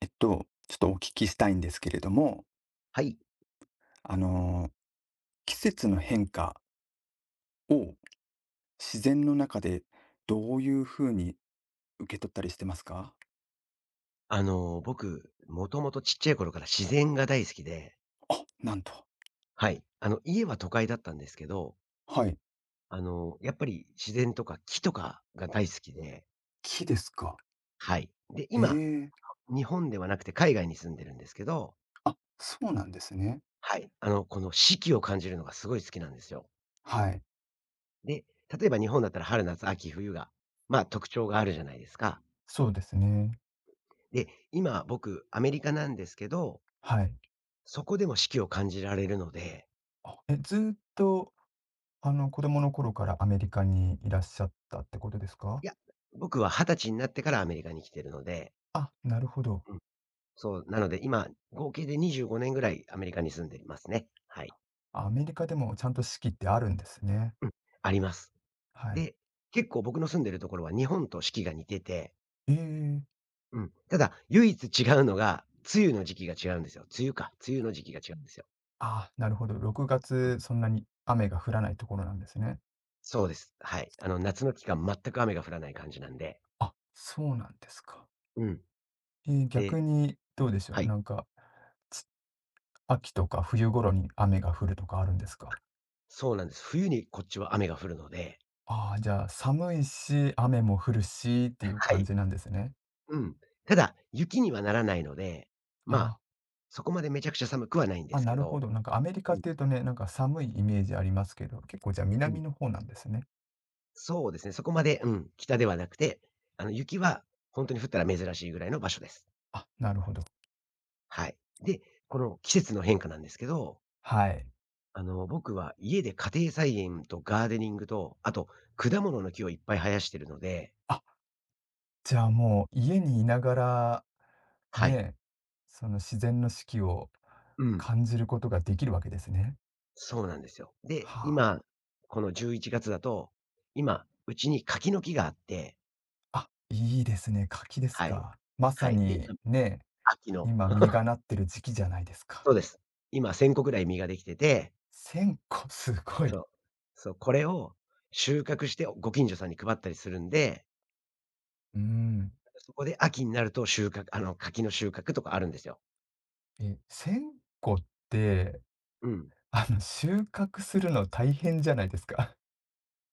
ちょっとお聞きしたいんですけれども、はい。あの、季節の変化を自然の中でどういうふうに受け取ったりしてますか？僕、もともとちっちゃい頃から自然が大好きで、あ、なんと。はい。家は都会だったんですけど、はい。やっぱり自然とか木とかが大好きで、木ですか。はい。で、今、へえ。日本ではなくて海外に住んでるんですけど、あ、そうなんですね。はい。この四季を感じるのがすごい好きなんですよ。はい。で、例えば日本だったら春、夏、秋、冬が、まあ特徴があるじゃないですか。そうですね。で、今僕、アメリカなんですけど、はい。そこでも四季を感じられるので、ずーっと、子供の頃からアメリカにいらっしゃったってことですか？いや、僕は20歳になってからアメリカに来てるので、あ、なるほど。うん、そう、なので今、合計で25年ぐらいアメリカに住んでいますね。はい。アメリカでもちゃんと四季ってあるんですね。うん、あります。はい。で、結構僕の住んでるところは日本と四季が似てて、ええ。うん、ただ唯一違うのが、梅雨の時期が違うんですよ。梅雨の時期が違うんですよ。ああ、なるほど。6うん、月、そんなに雨が降らないところなんですね。そうです。はい。夏の期間全く雨が降らない感じなんで、あ、そうなんですか。うん。で、逆にどうでしょはう、い、なんか、つ秋とか冬頃に雨が降るとかあるんですか？そうなんです。冬にこっちは雨が降るので、ああ、じゃあ、寒いし、雨も降るしっていうは感い。じなんですね。うん。ただ、雪にはならないので、まあ、あそこまでめちゃくちゃ寒くはないんあ、であ、すなけるほど。ど。なんかアメリカうっん、ていうとね、なんか寒いイメージありますけど、結構じゃあう南ん。の方なんですね。そうですね、そこまで、うん、北ではなくて、雪はほんとに降ったら珍しいぐらいの場所です。あ、なるほど。はい。で、この季節の変化なんですけど、はい。僕は家で家庭菜園とガーデニングと、あと果物の木をいっぱい生やしてるので、あじゃあもう家にいながら、はい。ね、その自然の四季をうん、感じることができるわけですね。そうなんですよ。で、は今、あ。この11月だと、今、うちに柿の木があって、あ、いいですね。柿ですはい、か。まさはい。で、に今、ね、秋の今実がなってる時期じゃないですか。そうです。今1000個ぐらい実ができてて、1000個、すごい。そう。そう、これを収穫してご近所さんに配ったりするんで、うーん。そこで秋になると収穫あの、柿の収穫とかあるんですよ。え、1000個って、うん。収穫するの大変じゃないですか。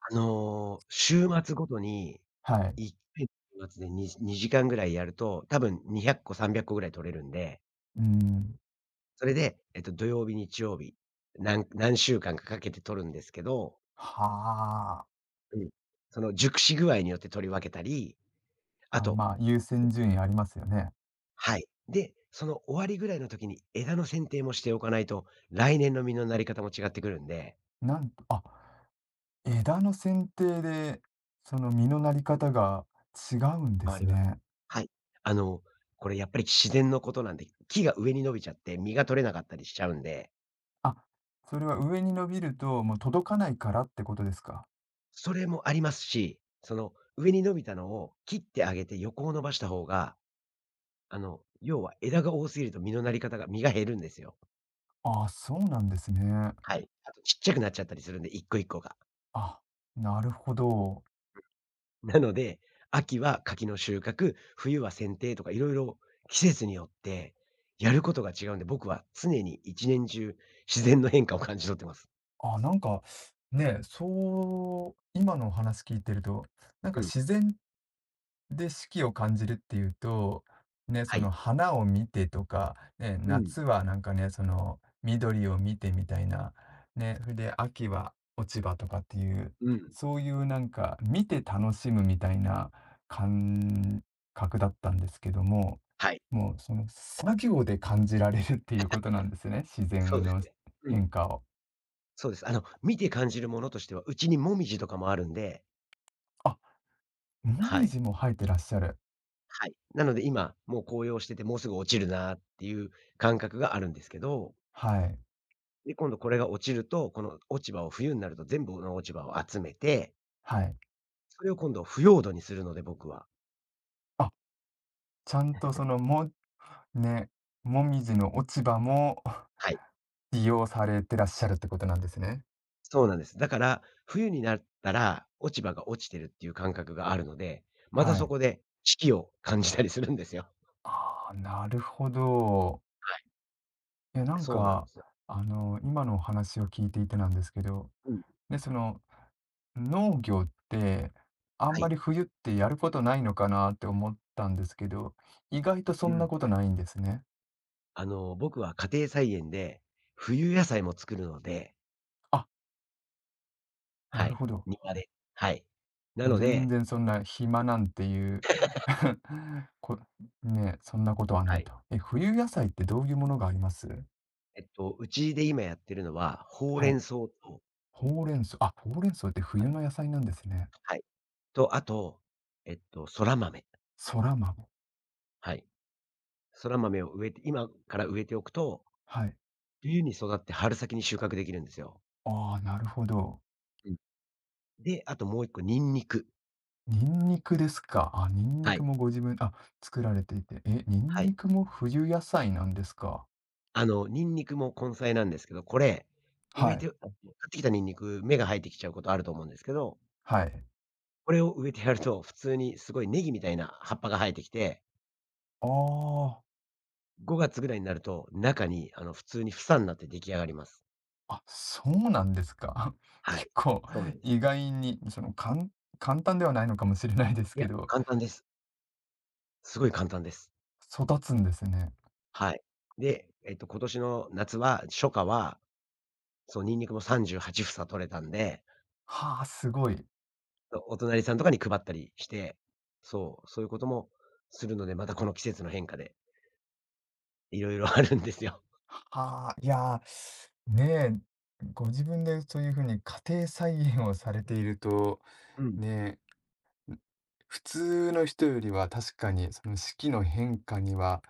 週末ごとに、はい。1回の週末でに2時間ぐらいやると、多分200個、300個ぐらい取れるんで、うーん。それで、土曜日、日曜日、何週間かかけて取るんですけど、はあ。うん。その熟し具合によって取り分けたり、ああ、とまあ、優先順位ありますよね。はい。で、その終わりぐらいの時に枝の剪定もしておかないと、来年の実のなり方も違ってくるんで。なんと、枝の剪定で、その実のなり方が違うんで変わすります。ね。はい。あの、これやっぱり自然のことなんで、木が上に伸びちゃって実が取れなかったりしちゃうんで、あ、それは上に伸びると、もう届かないからってことですか？それもありますし、その上に伸びたのを切ってあげて横を伸ばした方が、要は枝が多すぎると実のなり方が実が減るんですよ。ああ、そうなんですね。はい。あとちっちゃくなっちゃったりするんで、一個一個が。あ、なるほど。なので、秋は柿の収穫、冬は剪定とかいろいろ季節によってやることが違うんで、僕は常に一年中自然の変化を感じ取ってます。あ、なんか、ね、そう今のお話聞いてると、なんかうん。自然で、四季を感じるっていうと、ね、そはのい。花を見てとか、ね、うん。夏はなんかね、その緑を見てみたいな、ね、それで秋は落ち葉とかっていう、うん。そういうなんか見て楽しむみたいな感覚だったんですけども、はい。もうその作業で感じられるっていうことなんですね、自そ然うですのね。うん。変化を。そうです。見て感じるものとしては、うちにもみじとかもあるんで、あ、もはみい。じも生えてらっしゃる。はい。なので今、もう紅葉してて、もうすぐ落ちるなっていう感覚があるんですけど、はい、で、今度これが落ちると、この落ち葉を冬になると全部の落ち葉を集めて、はい。それを今度腐葉土にするので、僕は。あちゃんとその、ね、もみじの落ち葉も はい。利用されてらっしゃるってことなんですね。そうなんです。だから、冬になったら落ち葉が落ちてるっていう感覚があるので、またはそい。こで四季を感じたりするんですよ。ああ、なるほど。はい。いや、なんそうなんか、ですよ。今のお話を聞いていてなんですけど、うん。でその、農業って、あんはまい。り冬ってやることないのかなって思ったんですけど、意外とそうんなん。ことないんですね。僕は家庭菜園で冬野菜も作るので、あ、なはるい、ほど。庭で。はい。なもうの全で、然そんな暇なんていう こね、そんなことはなはいい。と。え、冬野菜ってどういうものがありますうちで今やってるのは、ほうはれんい。草と、ほうれん草。あ、ほうれん草っては冬い。の野菜なんですね。はい。と、あと、そら豆。そら豆。はい。そら豆を植えて今から植えておくと、はい。冬に育って春先に収穫できるんですよ。ああ、なるほど。うん。で、あともう一個、ニンニク。ニンニクですか。あ、ニンニはクい。もご自分、あ、作られていて。え、ニンはニい。クも冬野菜なんですか。ニンニクも根菜なんですけど、これ、は植えい。てってきたニンニク、芽が生えてきちゃうことあると思うんですけど、はい。これを植えてやると、普通にすごいネギみたいな葉っぱが生えてきて、ああ。5月ぐらいになると、中に普通に房になって出来上がります。あ、そうなんですか。は結い。構そうなんで意す。外に、その、簡単ではないのかもしれないですいけや、ど、簡単です。すごい簡単です。育つんですね。はい。で、今年の夏は初夏はそう、ニンニクも38房取れたんで、はあ、すごい。お隣さんとかに配ったりして、そう、そういうこともするので、またこの季節の変化でいろいろあるんですよ。はあ、いやー、ねえ、ご自分でそういうふうに家庭菜園をされていると、うん、ねん。普通の人よりは確かにその四季の変化には、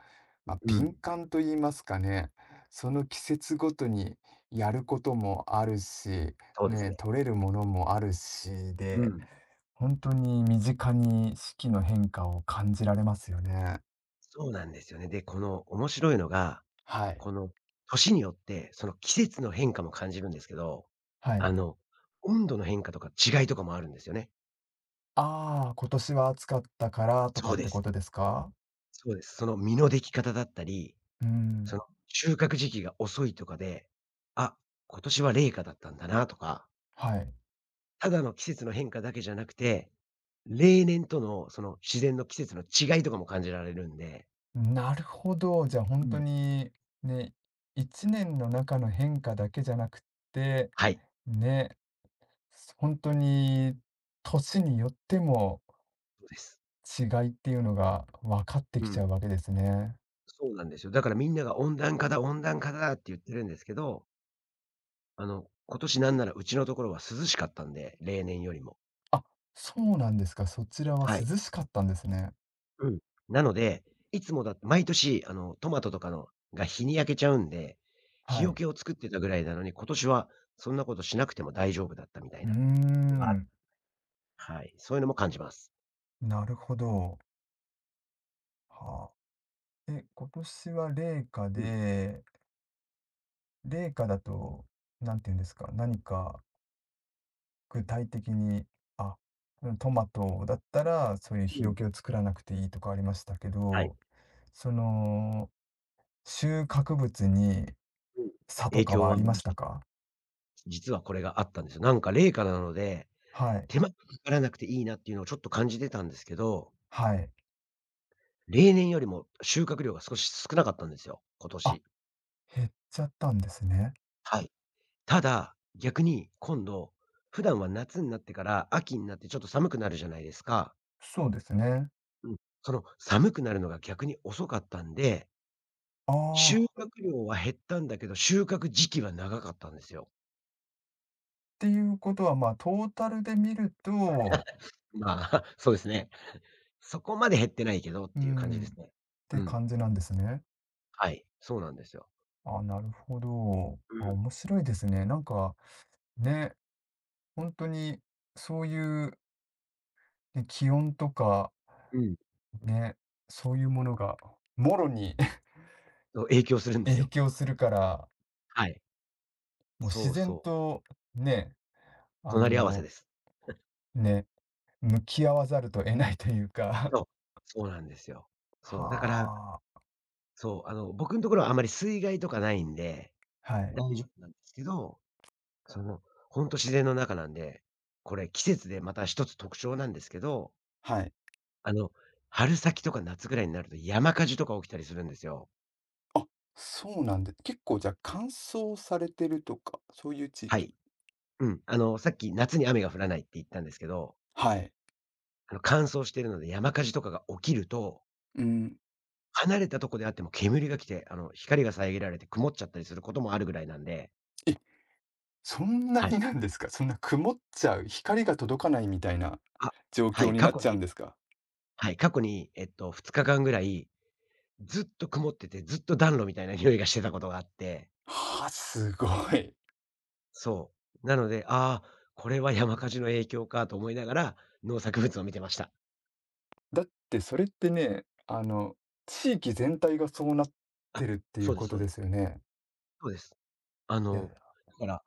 まあ、うん、敏感と言いますかね、その季節ごとにやることもあるし、そうですね、ね。取れるものもあるしうで、ん、本当に身近に四季の変化を感じられますよね。そうなんですよね。で、この面白いのが、はい。この年によってその季節の変化も感じるんですけど、はあい。の、温度の変化とか違いとかもあるんですよね。ああ、今年は暑かったからとかそうってでこす。とですか？そうです。その実の出来方だったり、うーそん、の、収穫時期が遅いとかで、あ、今年は冷夏だったんだなとか、はい。ただの季節の変化だけじゃなくて、例年とのその自然の季節の違いとかも感じられるんで。なるほど。じゃあ、本う当ん。に、ね、1年の中の変化だけじゃなくて、はい、ね、本当に年によってもそうです。違いっていうのが分かってうきちゃうん。わけですね。そうなんですよ。だからみんなが温暖化だ、温暖化だって言ってるんですけど、今年なんならうちのところは涼しかったんで、例年よりも。あ、そうなんですか。そちらははい。涼しかったんですね。うん。なので、いつもだ毎年、トマトとかのが日に焼けちゃうんで、日はよい。けを作ってたぐらいなのに、今年はそんなことしなくても大丈夫だったみたういーな。あ、ん、はい。そういうのも感じます。なるほど。はあ。え、今年は冷夏うん。で、冷夏だと、何て言うんですか、何か具体的に、あ、トマトだったら、そういうう日よん。けを作らなくていいとかありましたけはい。ど、その、収穫物にうん。差と影かは響あはりありままししたた。か？実はこれがあったんですよ。なんか冷夏なので、はい、手間がかからなくていいなっていうのをちょっと感じてたんですけど、はい。例年よりも収穫量が少し少なかったんですよ、今あ、年。減っちゃったんですね。はい。ただ、逆に今度、普段は夏になってから秋になってちょっと寒くなるじゃないですか。そうですね。うん。その寒くなるのが逆に遅かったんで、あ収あ、っ穫量は減ったんだけど、収穫時期は長かったんですよ。ていうことは、まあ、トータルで見ると、まあ、そうですね。そこまで減ってないけどっうていう感じん、でっすね。てうん。感じなんですね。はい。そうなんですよ。あ、なるほど。うあ、ん。面白いですね。なんか、ね、本当にそういう、ね、気温とかうん。ね、そういうものがもろに そう、影響するんです影よ。響するから、はい。もうそ自う然そう。とね、あ隣り合わせの、です。ね、向き合わざると得ないというか そう。そうなんですよ。そう、だから、はあ。そう、僕のところはあまり水害とかないんではい。大丈夫なんですけど、その、ほんと自然の中なんで、これ季節でまた一つ特徴なんですけど、はい。あの、春先とか夏ぐらいになると山火事とか起きたりするんですよ。あ、そうなんで、結構じゃあ乾燥されてるとか、そういう地はい。域。うん。さっき夏に雨が降らないって言ったんですけど、はい。乾燥してるので山火事とかが起きると、うん。離れたとこであっても煙が来て、光が遮られて曇っちゃったりすることもあるぐらいなんで、え、そんなはにい。なんですかそんな曇っちゃう、光が届かないみたいなあ、状は況い、に過なっ去ちゃうにんですか？はい、過去に2日間ぐらい、ずっと曇ってて、ずっと暖炉みたいな匂いがしてたことがあって、はあ、すごい。そう。なので、これは山火事の影響かと思いながら、農作物を見てました。だってそれってね、地域全体がそうなっあ、てるっていそううでこすとそうでですす。よね。そうです。あいやの、だから、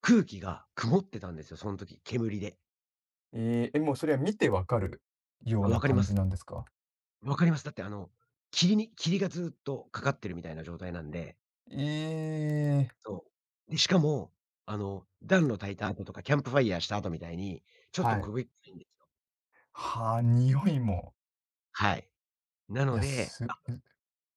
空気が曇ってたんですよ、その時、煙で。ええ、もうそれは見てわかるようあ、なわかり感まじす。なんですか？わかります。だって、霧に霧がずっとかかってるみたいな状態なんで、ええ、そう。で、しかも、暖炉焚いた後とか、キャンプファイヤーした後みたいに、ちょっとはい。焦げっぽいんですよ。はあ、匂いも、はい。ないのや、で、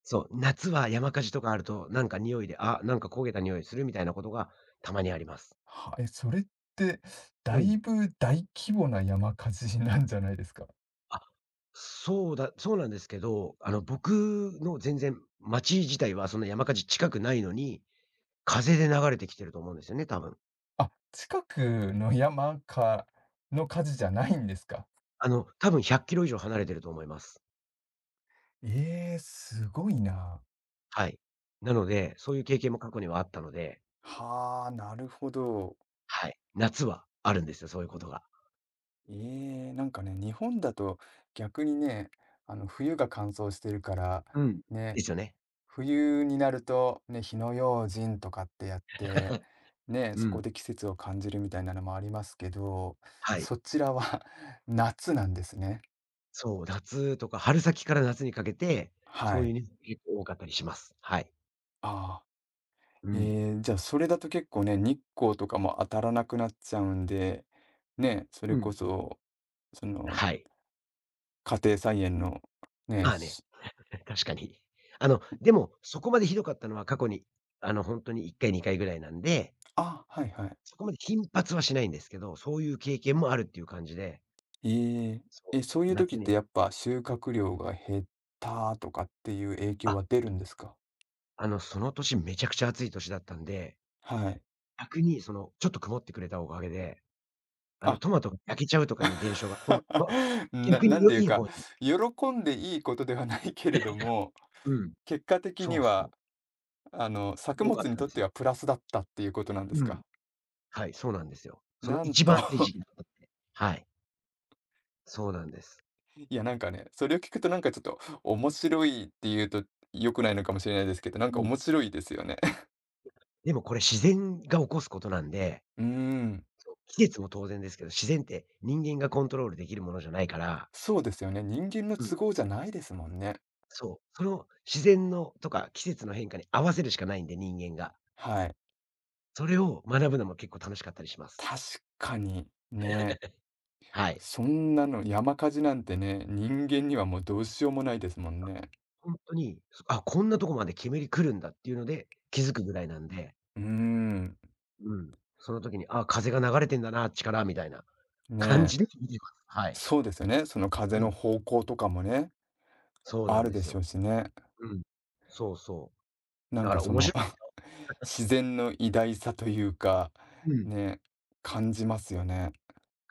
そう、夏は山火事とかあると、なんか匂いで、あ、なんか焦げた匂いするみたいなことがたまにあります。え、それって、だういん。ぶ大規模な山火事なんじゃないですか？あ、そうだそうなんですけど、僕の全然町自体はそんな山火事近くないのに、風で流れてきてると思うんですよね、多分。あ、近くの山かの火事じゃないんですか？多分100キロ以上離れてると思います。ええ、すごいな。はい。なので、そういう経験も過去にはあったので、はあ、なるほど。はい。夏はあるんですよ、そういうことが。ええ、なんかね、日本だと逆にね、冬が乾燥してるから、うん。でね、すよね。冬になると、ね、火の用心とかってやって、ね、うそこん。で季節を感じるみたいなのもありますけど、はい。そちらは 夏なんですね。そう、夏とか春先から夏にかけて、そはういうい。ニュース結構多かったりします。はい。ああ。うん。えじゃあそれだと結構ね、日光とかも当たらなくなっちゃうんで、ね、それうこん。そ、その、はい。家庭菜園の、ね、まあね、確かに。でも、そこまでひどかったのは過去に、本当に1回2回ぐらいなんで、あ、はいはい。そこまで頻発はしないんですけど、そういう経験もあるっていう感じで、ええ。え、そそういう、う時っ夏に、てやっぱ収穫量が減ったとかっていう影響あ、は出るんですか？その年めちゃくちゃ暑い年だったんで、はい。逆にその、ちょっと曇ってくれたおかげで、あ、トマトが焼けちゃうとかいう現象が、逆になん良ていういいか、方に、喜んでいいことではないけれども、うん、結果的にそうそはう。作良かっ物にたんとっですてよ。はプラスだったっていうことなんですうん。か？はい、そうなんですよ。そのなん一と 番いい時 期だったって。はい、そうなんです。いやなんかね、それを聞くとなんかちょっと面白いっていうと良くないのかもしれないですけど、なんうかん。面白いですよね。でもこれ自然が起こすことなんで、うーん、そう、季節も当然ですけど、自然って人間がコントロールできるものじゃないから、そうですよね。人間のうん。都合じゃないですもんね。そう、その自然のとか季節の変化に合わせるしかないんで、人間が。はい。それを学ぶのも結構楽しかったりします。確かに、ね。はい。そんなの山火事なんてね、人間にはもうどうしようもないですもんね。ほんとに、こんなとこまで煙来るんだっていうので、気づくぐらいなんで、うーん。うん、その時に、あ、風が流れてんだな、あっちからみたいな。感ねじえ。で見てます。はい。そうですよね。その風うん、の方向とかもね、そうなあんるでですしょよ。うしね。うん。そうそう。なだんかからそ面の 白いですよ。自然の偉大さというか、うん。ね、感じますよそうです。ね。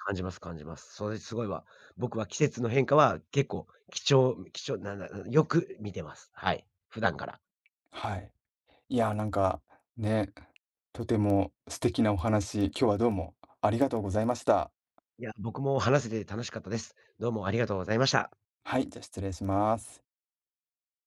感じます感じます。それすごいわ。僕は季節の変化は結構貴重なんだ、よく見てます。はい、普段から。はい。いや、なんか、ね、とても素敵なお話、今日はどうもありがとうございました。いや、僕も話せて楽しかったです。どうもありがとうございました。はい、じゃあ失礼します。